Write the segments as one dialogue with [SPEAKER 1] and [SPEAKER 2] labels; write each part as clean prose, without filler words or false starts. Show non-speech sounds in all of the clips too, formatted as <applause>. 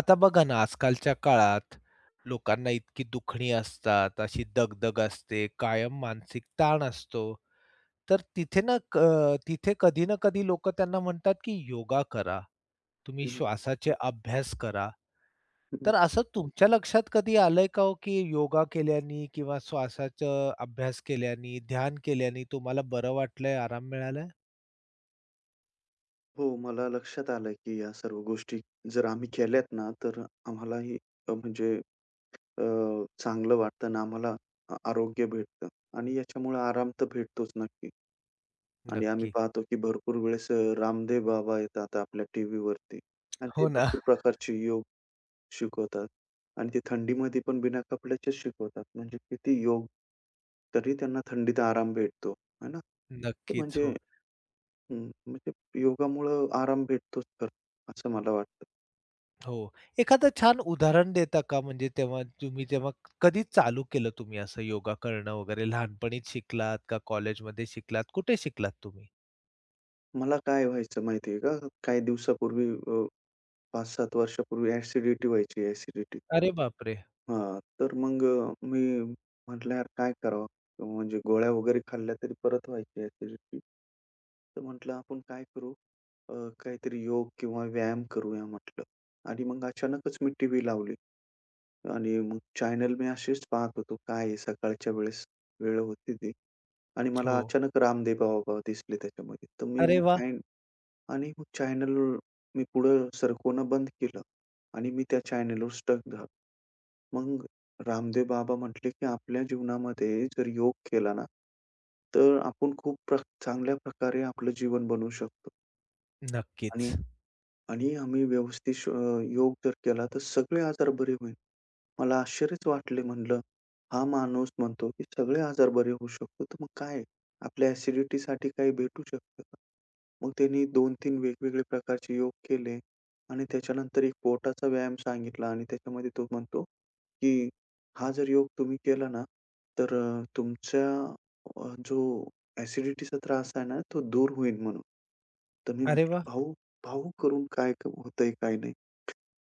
[SPEAKER 1] आता बघा ना, आजकालच्या काळात लोकांना इतकी दुखणी असतात, अशी दगदग असते, कायम मानसिक ताण असतो. तर तिथे ना तिथे कधी ना कधी लोकं त्यांना म्हणतात, की योगा करा, तुम्ही
[SPEAKER 2] हं,
[SPEAKER 1] श्वासाचे अभ्यास करा.
[SPEAKER 2] हं.
[SPEAKER 1] तर असं तुमच्या लक्षात कधी आलंय का हो, की योगा केल्याने किंवा श्वासाचा अभ्यास केल्याने, ध्यान केल्याने तुम्हाला बरं वाटलंय, आराम मिळालाय?
[SPEAKER 2] हो, मला लक्षात आलं, की या सर्व गोष्टी जर आम्ही केल्यात ना, तर आम्हालाही म्हणजे अ, चांगलं वाटतं आणि आम्हाला आरोग्य भेटतं आणि याच्यामुळे आराम तर भेटतोच नक्की. आणि आम्ही
[SPEAKER 1] नक्की.
[SPEAKER 2] पाहतो, की भरपूर वेळेस रामदेव बाबा येतात आपल्या टीव्हीवरती आणि ते
[SPEAKER 1] हो ना.
[SPEAKER 2] भरपूर प्रकारचे योग शिकवतात आणि ते थंडीमध्ये पण बिना कपड्याचेच शिकवतात. म्हणजे किती योग, तरी त्यांना थंडीत आराम भेटतो, है ना? तर
[SPEAKER 1] नक्कीच,
[SPEAKER 2] म्हणजे
[SPEAKER 1] हो.
[SPEAKER 2] म्हणजे योगामुळं आराम भेटतोच तर, असं मला वाटतं.
[SPEAKER 1] हो. एखादं छान उदाहरण देता का? म्हणजे तेव्हा तुम्ही तेव्हा कधी चालू केलं तुम्ही असं योगा करणं वगैरे? लहानपणीच शिकलात का कॉलेजमध्ये शिकलात? कुठे शिकलात तुम्ही?
[SPEAKER 2] मला काय व्हायचं माहिती आहे का? काही दिवसापूर्वी 5-7 वर्षापूर्वी ॲसिडिटी व्हायची, ॲसिडिटी.
[SPEAKER 1] अरे बापरे!
[SPEAKER 2] हां, तर मग मी म्हटलं, "यार काय करावं?" म्हणजे गोळ्या वगैरे खाल्ल्या तरी परत व्हायची ॲसिडिटी. तर म्हटलं, "आपण काय करू? अ, काहीतरी योग किंवा व्यायाम करूया," म्हटलं. आणि मग अचानकच मी टीव्ही लावली आणि मग चॅनल मी असेच पाहत होतो. काय आहे सकाळच्या वेळेस वेळ होती ती. आणि
[SPEAKER 1] हो.
[SPEAKER 2] मला अचानक रामदेव बाबा दिसले त्याच्यामध्ये. तर मी
[SPEAKER 1] अरे
[SPEAKER 2] हं.
[SPEAKER 1] वाह!
[SPEAKER 2] चॅन आणि मग चॅनल मी पुढं सरकवणं बंद केलं आणि मी त्या चॅनलवर स्टक झालो. मग रामदेव बाबा म्हटले, की आपल्या जीवनामध्ये जर योग केला ना, तर आपण खूप चांगल्या प्रकारे आपलं जीवन बनवू शकतो आणि
[SPEAKER 1] नक्कीच.
[SPEAKER 2] आणि आम्ही व्यवस्थित योग जर केला तर सगळे आजार बरे होईल. मला आश्चर्यच वाटले म्हणलं, हा माणूस म्हणतो की सगळे आजार बरे होऊ शकतो, तर मग काय आहे? आपल्या ॲसिडिटीसाठी काही भेटू शकतं का? मग त्यांनी 2-3 वेगवेगळे प्रकारचे योग केले आणि त्याच्यानंतर एक पोटाचा व्यायाम सांगितला आणि त्याच्यामध्ये तो म्हणतो, की हा जर योग तुम्ही केला ना, तर तुमच्या जो ॲसिडिटीचा त्रास आहे ना, तो दूर होईल म्हणून. तर मी
[SPEAKER 1] अरे
[SPEAKER 2] म्हटलं,
[SPEAKER 1] वाह!
[SPEAKER 2] भाऊ भावुक करून काय होतंय, काय नाही.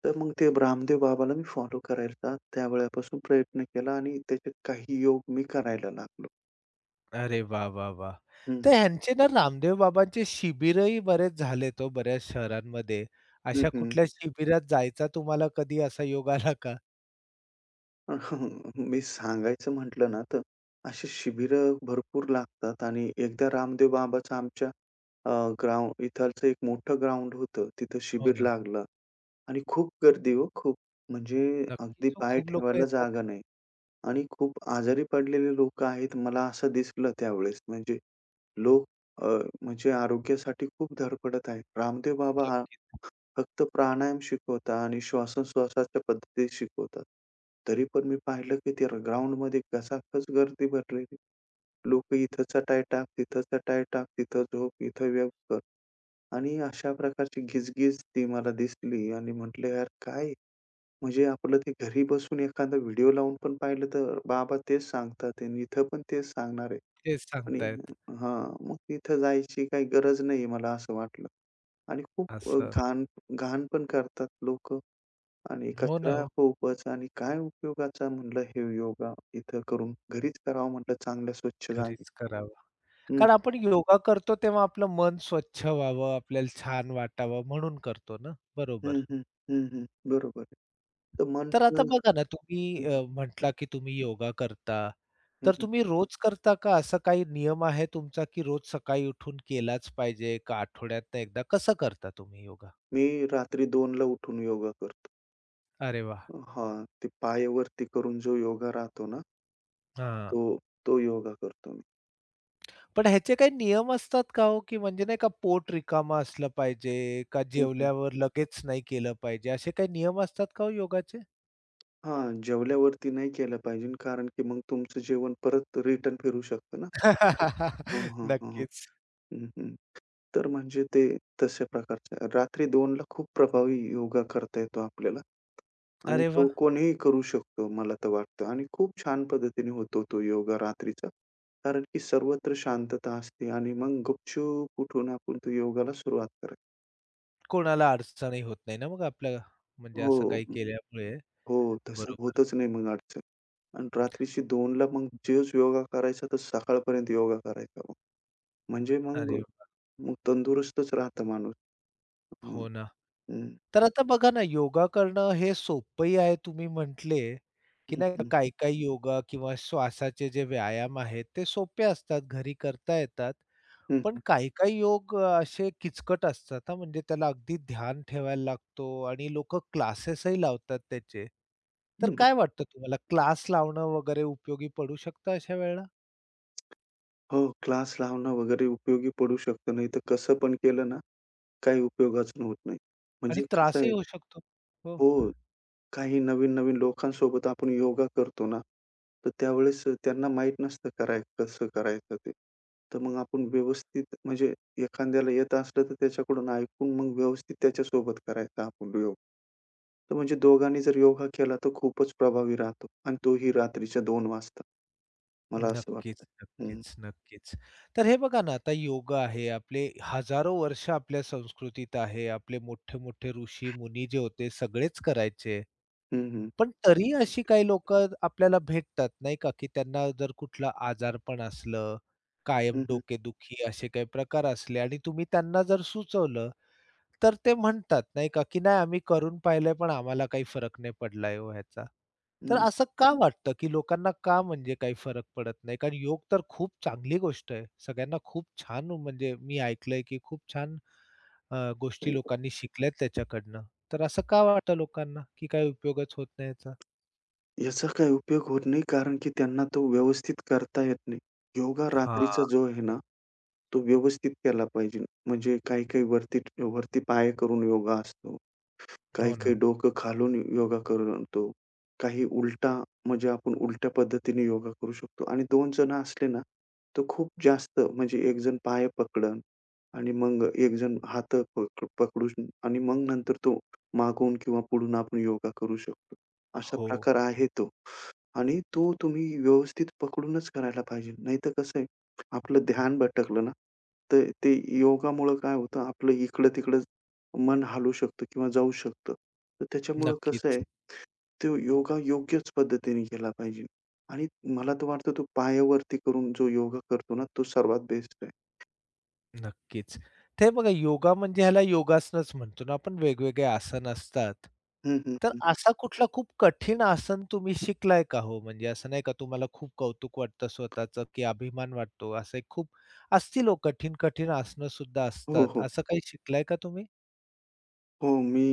[SPEAKER 2] तर मग ते रामदेव बाबाला मी फॉलो करायचा त्यावेळेपासून प्रयत्न केला आणि त्याचे काही योग मी करायला लागलो.
[SPEAKER 1] अरे वाह, वाह, वाह!
[SPEAKER 2] हं,
[SPEAKER 1] तर ह्यांचे ना रामदेव बाबांचे शिबिरही बरेच झालेत हो बऱ्याच शहरांमध्ये. अशा
[SPEAKER 2] हं,
[SPEAKER 1] कुठल्या शिबिरात जायचा तुम्हाला कधी असा योग आला का?
[SPEAKER 2] <laughs> मी सांगायचं म्हटलं ना, तर अशी शिबिरं भरपूर लागतात आणि एकदा रामदेव बाबाचं आमच्या ग्राउंड इथालचं एक मोठं ग्राउंड होतं. तिथं
[SPEAKER 1] हो
[SPEAKER 2] शिबिर
[SPEAKER 1] ना.
[SPEAKER 2] लागलं आणि खूप गर्दी हो, खूप. म्हणजे अगदी
[SPEAKER 1] नक्कीच हो.
[SPEAKER 2] पाय
[SPEAKER 1] खूप लोकं
[SPEAKER 2] ठेवायला
[SPEAKER 1] येतात.
[SPEAKER 2] जागा नाही. आणि खूप आजारी पडलेले लोक आहेत, मला असं दिसलं त्यावेळेस. म्हणजे लोक अ, म्हणजे आरोग्यासाठी खूप धडपडत आहेत. रामदेव बाबा हा फक्त प्राणायाम शिकवतात आणि श्वासोश्वासाच्या पद्धती शिकवतात. तरी पण मी पाहिलं की ते ग्राउंडमध्ये घसाघस गर्दी भरलेली. लोकं इथं चटाई टाक, तिथं चटाई टाक, तिथं झोप, इथं व्यायाम कर आणि अशा प्रकारची गीचगीच ती मला दिसली आणि म्हटलं, "यार काय म्हणजे आपलं ते घरी बसून एखादा व्हिडिओ लावून पण पाहिलं तर बाबा तेच सांगतात आणि इथं पण तेच सांगणार आहे.
[SPEAKER 1] नक्कीच
[SPEAKER 2] आणि
[SPEAKER 1] सांगतायत.
[SPEAKER 2] हां, मग तिथं जायची काही गरज नाहीये मला असं वाटलं. आणि खूप
[SPEAKER 1] असं.
[SPEAKER 2] घाण घाण पण करतात लोकं आणि
[SPEAKER 1] हो ना
[SPEAKER 2] कचरा
[SPEAKER 1] हो.
[SPEAKER 2] खूपच आणि काय उपयोगाचा म्हणलं हे योगा इथं करून घरीच करावं म्हटलं चांगल्या स्वच्छ जागी.
[SPEAKER 1] घरीच करावं.
[SPEAKER 2] हं,
[SPEAKER 1] कारण आपण योगा करतो तेव्हा आपलं मन स्वच्छ व्हावं, आपल्याला छान वाटावं म्हणून करतो ना.
[SPEAKER 2] हं,
[SPEAKER 1] बरोबर.
[SPEAKER 2] हं, हं, हं. बरोबर आहे. तर
[SPEAKER 1] तर आता
[SPEAKER 2] म्हटलं
[SPEAKER 1] बघा ना तुम्ही
[SPEAKER 2] हं, हं,
[SPEAKER 1] म्हटला की तुम्ही योगा करता.
[SPEAKER 2] हं,
[SPEAKER 1] तर
[SPEAKER 2] हं.
[SPEAKER 1] तुम्ही रोज करता का? असा काही नियम आहे तुमचा की रोज सकाळी उठून केलाच पाहिजे का आठवड्यातनं एकदा? कसं करता तुम्ही योगा?
[SPEAKER 2] मी रात्री 2:00 उठून योगा करतो.
[SPEAKER 1] अरे वाह!
[SPEAKER 2] हां, ते पाय वरती करून जो योगा राहतो ना,
[SPEAKER 1] हां.
[SPEAKER 2] तो तो योगा करतो मी.
[SPEAKER 1] पण ह्याचे काही नियम असतात का हो? की म्हणजे नाही का पोट रिकामं असलं पाहिजे, का
[SPEAKER 2] हं, हं.
[SPEAKER 1] जेवल्यावर लगेच नाही केलं पाहिजे, असे काही नियम असतात का हो योगाचे?
[SPEAKER 2] हां, जेवल्यावरती नाही केलं पाहिजे कारण की मग तुमचं जेवण परत रिटर्न फिरू शकतं ना. हां,
[SPEAKER 1] <laughs>
[SPEAKER 2] हां, हां, हां.
[SPEAKER 1] नक्कीच.
[SPEAKER 2] हं, हं. तर म्हणजे ते तशा प्रकारचं रात्री 2ला खूप प्रभावी योगा करता येतो आपल्याला आणि
[SPEAKER 1] अरे
[SPEAKER 2] तो
[SPEAKER 1] वाह!
[SPEAKER 2] कोणीही करू शकतो मला तर वाटतं आणि खूप छान पद्धतीने होतो तो योगा रात्रीचा. कारण की सर्वत्र शांतता असते आणि मग गुपचूप उठून आपण तो योगाला सुरुवात करायची.
[SPEAKER 1] कोणाला अडचणही होत नाही ना मग आपल्या म्हणजे
[SPEAKER 2] हो,
[SPEAKER 1] असं काही केल्यामुळे.
[SPEAKER 2] हो. तसं
[SPEAKER 1] बरोबर.
[SPEAKER 2] होतच नाही मग अडचण. आणि रात्रीची 2:00 ला मग तोच योगा करायचा तर सकाळपर्यंत योगा करायचा मग. म्हणजे
[SPEAKER 1] अरे
[SPEAKER 2] मग
[SPEAKER 1] वाह!
[SPEAKER 2] मग तंदुरुस्तच राहतं माणूस. हं,
[SPEAKER 1] हो ना.
[SPEAKER 2] हं,
[SPEAKER 1] तर आता बघा ना, योगा करणं हे सोपंही आहे तुम्ही म्हटले, की
[SPEAKER 2] हं,
[SPEAKER 1] नाही का
[SPEAKER 2] हं,
[SPEAKER 1] काही-काही योगा किंवा श्वासाचे जे व्यायाम आहेत ते सोपे असतात, घरी करता येतात.
[SPEAKER 2] हं,
[SPEAKER 1] पण काही-काही योग असे किचकट असतात हां, म्हणजे त्याला अगदी ध्यान ठेवायला लागतो आणि लोकं क्लासेसही लावतात त्याचे. तर
[SPEAKER 2] हं,
[SPEAKER 1] काय वाटतं तुम्हाला क्लास लावणं वगैरे उपयोगी पडू शकतं अशा वेळेला?
[SPEAKER 2] हो, क्लास लावणं वगैरे उपयोगी पडू शकतं. नाहीतर कसं पण केलं ना, काही उपयोगाचं होत नाही.
[SPEAKER 1] आणि
[SPEAKER 2] म्हणजे कसं
[SPEAKER 1] त्रासही
[SPEAKER 2] आहे
[SPEAKER 1] होऊ शकतो. हो.
[SPEAKER 2] हो. काही नवीन-नवीन लोकांसोबत आपण योगा करतो ना, तर त्यावेळेस त्यांना माहीत नसतं कसं करायचं ते. तर मग आपण व्यवस्थित म्हणजे एखाद्याला येत असलं तर त्याच्याकडून ऐकून मग व्यवस्थित त्याच्यासोबत करायचा आपण योग. तर म्हणजे दोघांनी जर योगा केला तर खूपच प्रभावी राहतो आणि तोही रात्रीच्या 2:00 वाजता. मला असं
[SPEAKER 1] नक्कीच,
[SPEAKER 2] वाटतं. हं.
[SPEAKER 1] नक्कीच, नक्कीच. तर हे बघा ना, आता योगा आहे. आपले हजारो वर्ष आपल्या संस्कृतीत आहे. आपले मोठे-मोठे ऋषी-मुनी जे होते सगळेच करायचे.
[SPEAKER 2] हं, हं.
[SPEAKER 1] पण तरी अशी काही लोकं आपल्याला भेटतात नाही का, की त्यांना जर कुठलं आजारपण असलं, कायम
[SPEAKER 2] हं, हं.
[SPEAKER 1] डोकेदुखी असे काही प्रकार असले आणि तुम्ही त्यांना जर सुचवलं, तर ते म्हणतात नाही का, की नाही आम्ही करून पाहिलंय पण आम्हाला काही फरक नाही पडलाय हो ह्याचा. तर असं का वाटतं, की लोकांना का म्हणजे काही फरक पडत नाही? कारण योग तर खूप चांगली गोष्ट आहे. सगळ्यांना खूप छान म्हणजे मी ऐकलंय, की खूप छान गोष्टी
[SPEAKER 2] हं.
[SPEAKER 1] लोकांनी शिकल्यात त्याच्याकडनं. तर असं का वाटतं लोकांना, की काही उपयोगच होत नाही याचा?
[SPEAKER 2] याचा काही उपयोग होत नाही, कारण की त्यांना तो व्यवस्थित करता येत नाही. योगा रात्रीचा
[SPEAKER 1] हां.
[SPEAKER 2] जो आहे ना, तो व्यवस्थित केला पाहिजे. म्हणजे काही-काही वरती वरती पाय करून योगा असतो.
[SPEAKER 1] हो
[SPEAKER 2] काही-काही
[SPEAKER 1] ना.
[SPEAKER 2] डोकं खालून योगा करतो. काही उलटा म्हणजे आपण उलट्या पद्धतीने योगा करू शकतो आणि 2 जण असले ना, तर खूप जास्त म्हणजे एक जण पाय आणि मग एक जण हातं पकडून आणि मग नंतर तो मागून किंवा पुढून आपण योगा करू शकतो. अशा
[SPEAKER 1] हो.
[SPEAKER 2] प्रकार आहे तो. आणि तो तुम्ही व्यवस्थित पकडूनच करायला पाहिजे. नाहीतर कसं आहे, आपलं ध्यान भटकलं ना, तर ते योगामुळं काय होतं, आपलं इकडं-तिकडं मन हलू शकतं किंवा जाऊ शकतं. तर त्याच्यामुळं कसं
[SPEAKER 1] नक्कीच.
[SPEAKER 2] आहे, तो योगा योग्यच पद्धतीने केला पाहिजे. आणि मला तर वाटतं तो पायावरती करून जो योगा करतो ना, तो सर्वात बेस्ट आहे.
[SPEAKER 1] नक्कीच. ते बघा योगा म्हणजे ह्याला योगासनच म्हणतो ना आपण, वेगवेगळे आसन असतात.
[SPEAKER 2] हं, हं,
[SPEAKER 1] तर
[SPEAKER 2] हं.
[SPEAKER 1] असा कुठला खूप कठीण आसन तुम्ही शिकलाय का हो? म्हणजे असं नाही का तुम्हाला खूप कौतुक वाटतं स्वतःचं, की अभिमान वाटतो. असं एक खूप असतील हो कठीण-कठीण आसनं सुद्धा
[SPEAKER 2] हो,
[SPEAKER 1] असतात.
[SPEAKER 2] हो.
[SPEAKER 1] असं काही शिकलाय का तुम्ही?
[SPEAKER 2] हो, मी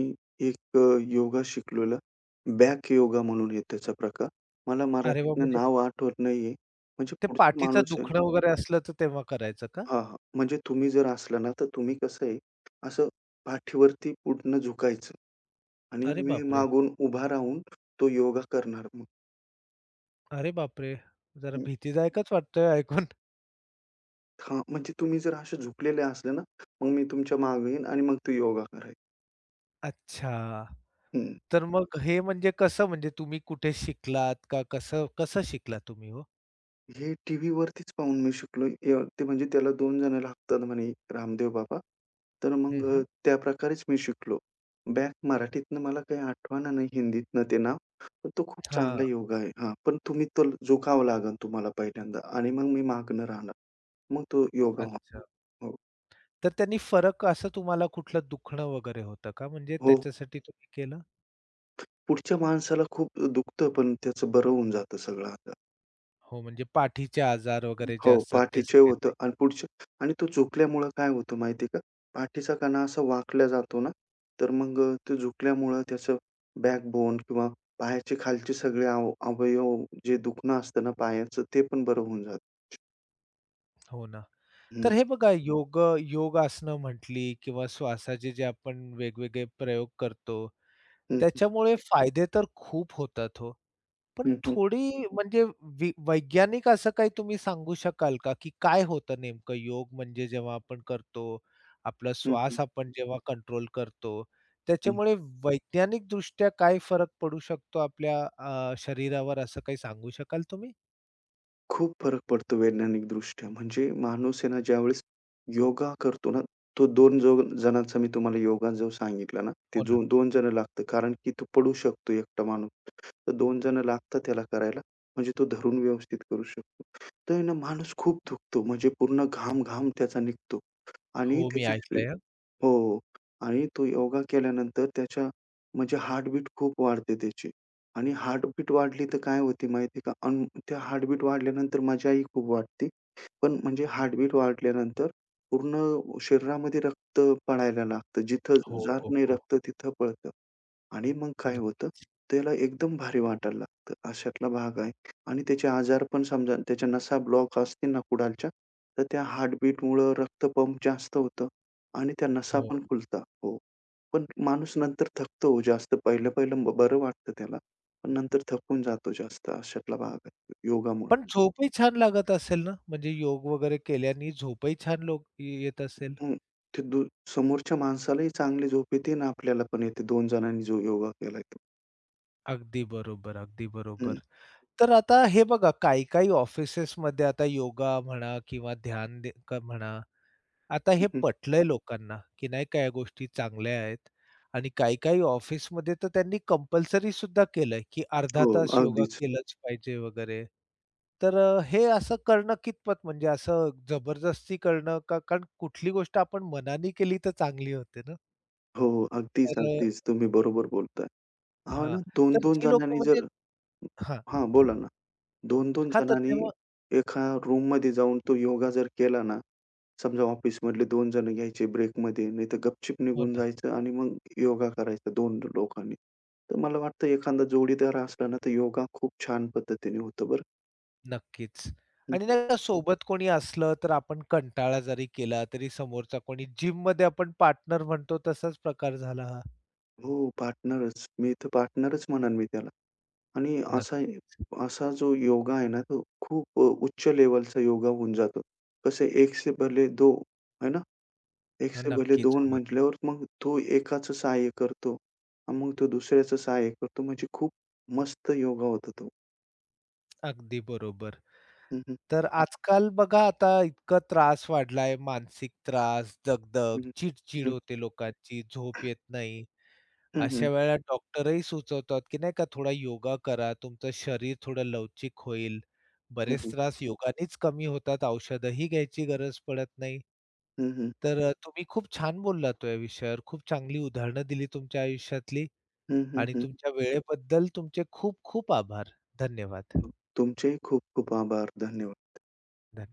[SPEAKER 2] एक योगा शिकलेला. बॅक योगा म्हणून आहे त्याचा प्रकार. मला
[SPEAKER 1] अरे वाह!
[SPEAKER 2] मराठीतनं
[SPEAKER 1] म्हणजे
[SPEAKER 2] नाव आठवत नाहीये. म्हणजे
[SPEAKER 1] ते
[SPEAKER 2] पुढचा
[SPEAKER 1] पाठीचं
[SPEAKER 2] माणूस आहे
[SPEAKER 1] दुखणं वगैरे असलं तर तेव्हा करायचं का?
[SPEAKER 2] हां, हां. म्हणजे तुम्ही जर असला ना, तर तुम्ही कसं आहे, असं पाठीवरती पूर्ण झुकायचं आणि
[SPEAKER 1] अरे
[SPEAKER 2] मी
[SPEAKER 1] बापरे!
[SPEAKER 2] मागून उभा राहून तो योगा करणार मग.
[SPEAKER 1] अरे बापरे! जरा
[SPEAKER 2] हं.
[SPEAKER 1] भीतीदायकच वाटतंय ऐकून.
[SPEAKER 2] हां, म्हणजे तुम्ही जर असे झुकलेले असले ना, मग मी तुमच्या मागे येईन आणि मग तो योगा करायचा.
[SPEAKER 1] अच्छा.
[SPEAKER 2] हं.
[SPEAKER 1] तर मग हे म्हणजे कसं म्हणजे तुम्ही कुठे शिकलात का? कसं कसं शिकला तुम्ही हो?
[SPEAKER 2] हे टीव्हीवरतीच पाहून मी शिकलो. ते म्हणजे त्याला 2 जण लागतात म्हणे रामदेव बाबा. तर
[SPEAKER 1] हं,
[SPEAKER 2] मग
[SPEAKER 1] हं.
[SPEAKER 2] त्याप्रकारेच मी शिकलो. बॅक मराठीतनं मला काही आठवना नाही हिंदीतनं ते नाव. पण तो खूप
[SPEAKER 1] हां,
[SPEAKER 2] चांगला योगा आहे. हां, पण तुम्ही तो जोखावा लागेल तुम्हाला पहिल्यांदा आणि मग मी मागणं राहणार. मग तो योगा होणार.
[SPEAKER 1] अच्छा.
[SPEAKER 2] हो,
[SPEAKER 1] तर त्यांनी फरक असं तुम्हाला कुठलं दुखणं वगैरे होतं का? म्हणजे
[SPEAKER 2] हो.
[SPEAKER 1] त्याच्यासाठी तुम्ही केलं?
[SPEAKER 2] पुढच्या माणसाला खूप दुखतं, पण त्याचं बरं होऊन जातं सगळं.
[SPEAKER 1] हो, म्हणजे पाठीचे आजार वगैरे जे
[SPEAKER 2] हो,
[SPEAKER 1] असतात ते
[SPEAKER 2] पाठीचं
[SPEAKER 1] सगळे.
[SPEAKER 2] होतं आणि पुढचं आणि तो झुकल्यामुळं काय होतं माहिती आहे का? पाठीचा कणा असा वाकला जातो ना, तर मग तो झुकल्यामुळं त्याचं बॅकबोन किंवा पायाचे खालचे सगळे अवयव जे दुखणं असतं ना पायाचं, ते पण बरं होऊन जातं.
[SPEAKER 1] हो ना. तर हे बघा योग योगासनं म्हटली किंवा श्वासाचे जे आपण वेगवेगळे प्रयोग करतो.
[SPEAKER 2] हं, हं.
[SPEAKER 1] त्याच्यामुळे फायदे तर खूप होतात हो. पण
[SPEAKER 2] हं, हं.
[SPEAKER 1] थोडी म्हणजे वैज्ञानिक असं काही तुम्ही सांगू शकाल का, की काय होतं नेमकं योग म्हणजे जेव्हा आपण करतो, आपला
[SPEAKER 2] हं, हं.
[SPEAKER 1] श्वास आपण जेव्हा कंट्रोल करतो,
[SPEAKER 2] हं.
[SPEAKER 1] त्याच्यामुळे वैज्ञानिकदृष्ट्या काय फरक पडू शकतो आपल्या शरीरावर असं काही सांगू शकाल तुम्ही?
[SPEAKER 2] खूप फरक पडतो वैज्ञानिकदृष्ट्या. म्हणजे माणूस आहे ना, ज्यावेळेस योगा करतो ना, तो 2 जणांचा मी तुम्हाला योगा जो सांगितला ना, ते
[SPEAKER 1] हो ना.
[SPEAKER 2] जो 2 जण लागतं. कारण की तो पडू शकतो एकटा माणूस. तर 2 जण लागतात त्याला करायला. म्हणजे तो धरून व्यवस्थित करू शकतो. तर आहे ना, माणूस खूप थकतो. म्हणजे पूर्ण घाम-घाम त्याचा निघतो आणि
[SPEAKER 1] हो, मी
[SPEAKER 2] त्याची
[SPEAKER 1] ऐकलंय हां.
[SPEAKER 2] हो. आणि तो योगा केल्यानंतर त्याच्या म्हणजे हार्टबीट खूप वाढते त्याची आणि हार्टबीट वाढली तर काय होते माहिती आहे का? अन् त्या हार्टबीट वाढल्यानंतर मजाही खूप वाटते. पण म्हणजे हार्टबीट वाढल्यानंतर पूर्ण शरीरामध्ये रक्त पळायला लागतं. जिथं
[SPEAKER 1] हो,
[SPEAKER 2] जात
[SPEAKER 1] हो,
[SPEAKER 2] नाही
[SPEAKER 1] हो.
[SPEAKER 2] रक्त तिथं पळतं आणि मग काय
[SPEAKER 1] हं,
[SPEAKER 2] होतं, त्याला एकदम भारी वाटायला लागतं. अशातला भाग आहे आणि त्याचे आजार पण समजा त्याच्या नसा ब्लॉक असतील ना कुडालच्या, तर त्या हार्टबीटमुळं रक्त पंप जास्त होतं. आणि त्या नसा
[SPEAKER 1] हो
[SPEAKER 2] पण
[SPEAKER 1] ना.
[SPEAKER 2] खुलतात. हो. पण माणूस नंतर थकतो हो जास्त. पहिलं-पहिलं बरं वाटतं त्याला. पण नंतर थकून जातो जास्त अशातला भाग आहे योगामुळे.
[SPEAKER 1] पण झोपही छान लागत असेल ना? म्हणजे योग वगैरे केल्याने झोपही छान लोक येत असेल?
[SPEAKER 2] हं. ते दू समोरच्या माणसालाही चांगली झोप येते आणि आपल्याला पण येते 2 जणांनी जो योगा केलाय तो.
[SPEAKER 1] अगदी बरोबर, अगदी बरोबर.
[SPEAKER 2] हं,
[SPEAKER 1] तर आता हे बघा काही-काही ऑफिसेसमध्ये आता योगा म्हणा किंवा ध्यान दे क म्हणा, आता हे
[SPEAKER 2] हं.
[SPEAKER 1] पटलंय लोकांना, की नाही का या गोष्टी चांगल्या आहेत आणि काही-काही ऑफिसमध्ये तर त्यांनी कंपल्सरी सुद्धा केलंय, की अर्धा
[SPEAKER 2] हो,
[SPEAKER 1] तास योगा
[SPEAKER 2] अगदीच.
[SPEAKER 1] केलाच पाहिजे वगैरे. तर हे असं करणं कितपत म्हणजे असं जबरदस्ती करणं का कारण कुठली गोष्ट आपण मनाने केली तर चांगली होते ना.
[SPEAKER 2] हो, अगदीच,
[SPEAKER 1] तर
[SPEAKER 2] अगदीच. तुम्ही बरोबर बोलताय.
[SPEAKER 1] अ,
[SPEAKER 2] हां
[SPEAKER 1] हां,
[SPEAKER 2] ना,
[SPEAKER 1] तर
[SPEAKER 2] 2-2
[SPEAKER 1] जी लोकं
[SPEAKER 2] जणांनी
[SPEAKER 1] म्हणजे
[SPEAKER 2] जर
[SPEAKER 1] हां.
[SPEAKER 2] हां, बोला ना. दोन 2
[SPEAKER 1] हां, तर
[SPEAKER 2] जणांनी
[SPEAKER 1] तेव्हा
[SPEAKER 2] एका रूममध्ये जाऊन तो योगा जर केला ना, समजा ऑफिसमधले 2 जण घ्यायचे ब्रेकमध्ये, नाहीतर गपचूप
[SPEAKER 1] हो
[SPEAKER 2] निघून
[SPEAKER 1] ना.
[SPEAKER 2] जायचं आणि मग योगा करायचा 2 लोकांनी. तर मला वाटतं एखादा जोडीदार असला ना, तर योगा खूप छान पद्धतीने होतं बरं.
[SPEAKER 1] नक्कीच.
[SPEAKER 2] हं,
[SPEAKER 1] आणि
[SPEAKER 2] हं.
[SPEAKER 1] नाही का सोबत कोणी असलं तर आपण कंटाळा जरी केला तरी समोरचा कोणी जिममध्ये आपण पार्टनर म्हणतो तसाच प्रकार झाला हा.
[SPEAKER 2] हो, पार्टनरच. मी तर पार्टनरच म्हणेन मी त्याला. आणि असा
[SPEAKER 1] नक्कीच.
[SPEAKER 2] असा जो योगा आहे ना, तो खूप उच्च लेव्हलचा योगा होऊन जातो. कसं एक से पहले दो, है ना? एक
[SPEAKER 1] हां,
[SPEAKER 2] से भले
[SPEAKER 1] नक्कीच
[SPEAKER 2] दोन
[SPEAKER 1] होणार.
[SPEAKER 2] म्हटल्यावर मग तो एकाचं सहाय्य करतो. आणि मग तो दुसऱ्याचं सहाय्य करतो. म्हणजे खूप मस्त योगा होता तो.
[SPEAKER 1] अगदी बरोबर.
[SPEAKER 2] हं, हं.
[SPEAKER 1] तर आजकाल बघा आता इतका त्रास वाढलाय, मानसिक त्रास,
[SPEAKER 2] हं,
[SPEAKER 1] दगदग,
[SPEAKER 2] हं.
[SPEAKER 1] चिड-चिड होते लोकांची, झोप येत नाही.
[SPEAKER 2] हं, हं.
[SPEAKER 1] अशा वेळेला डॉक्टरही सुचवतात, की नाही का थोडा योगा करा, तुमचं शरीर थोडं लवचिक होईल.
[SPEAKER 2] हं,
[SPEAKER 1] बरेच
[SPEAKER 2] हं.
[SPEAKER 1] त्रास योगानेच कमी होतात, औषधही घ्यायची गरज पडत नाही.
[SPEAKER 2] हं, हं.
[SPEAKER 1] तर तुम्ही खूप छान बोललात हो या विषयावर. खूप चांगली उदाहरणं दिली तुमच्या आयुष्यातली
[SPEAKER 2] हं,
[SPEAKER 1] आणि
[SPEAKER 2] हं.
[SPEAKER 1] तुमच्या वेळेबद्दल तुमचे खूप खूप आभार. धन्यवाद.
[SPEAKER 2] हं. तुमचेही खूप खूप आभार. धन्यवाद.
[SPEAKER 1] धन्यवाद.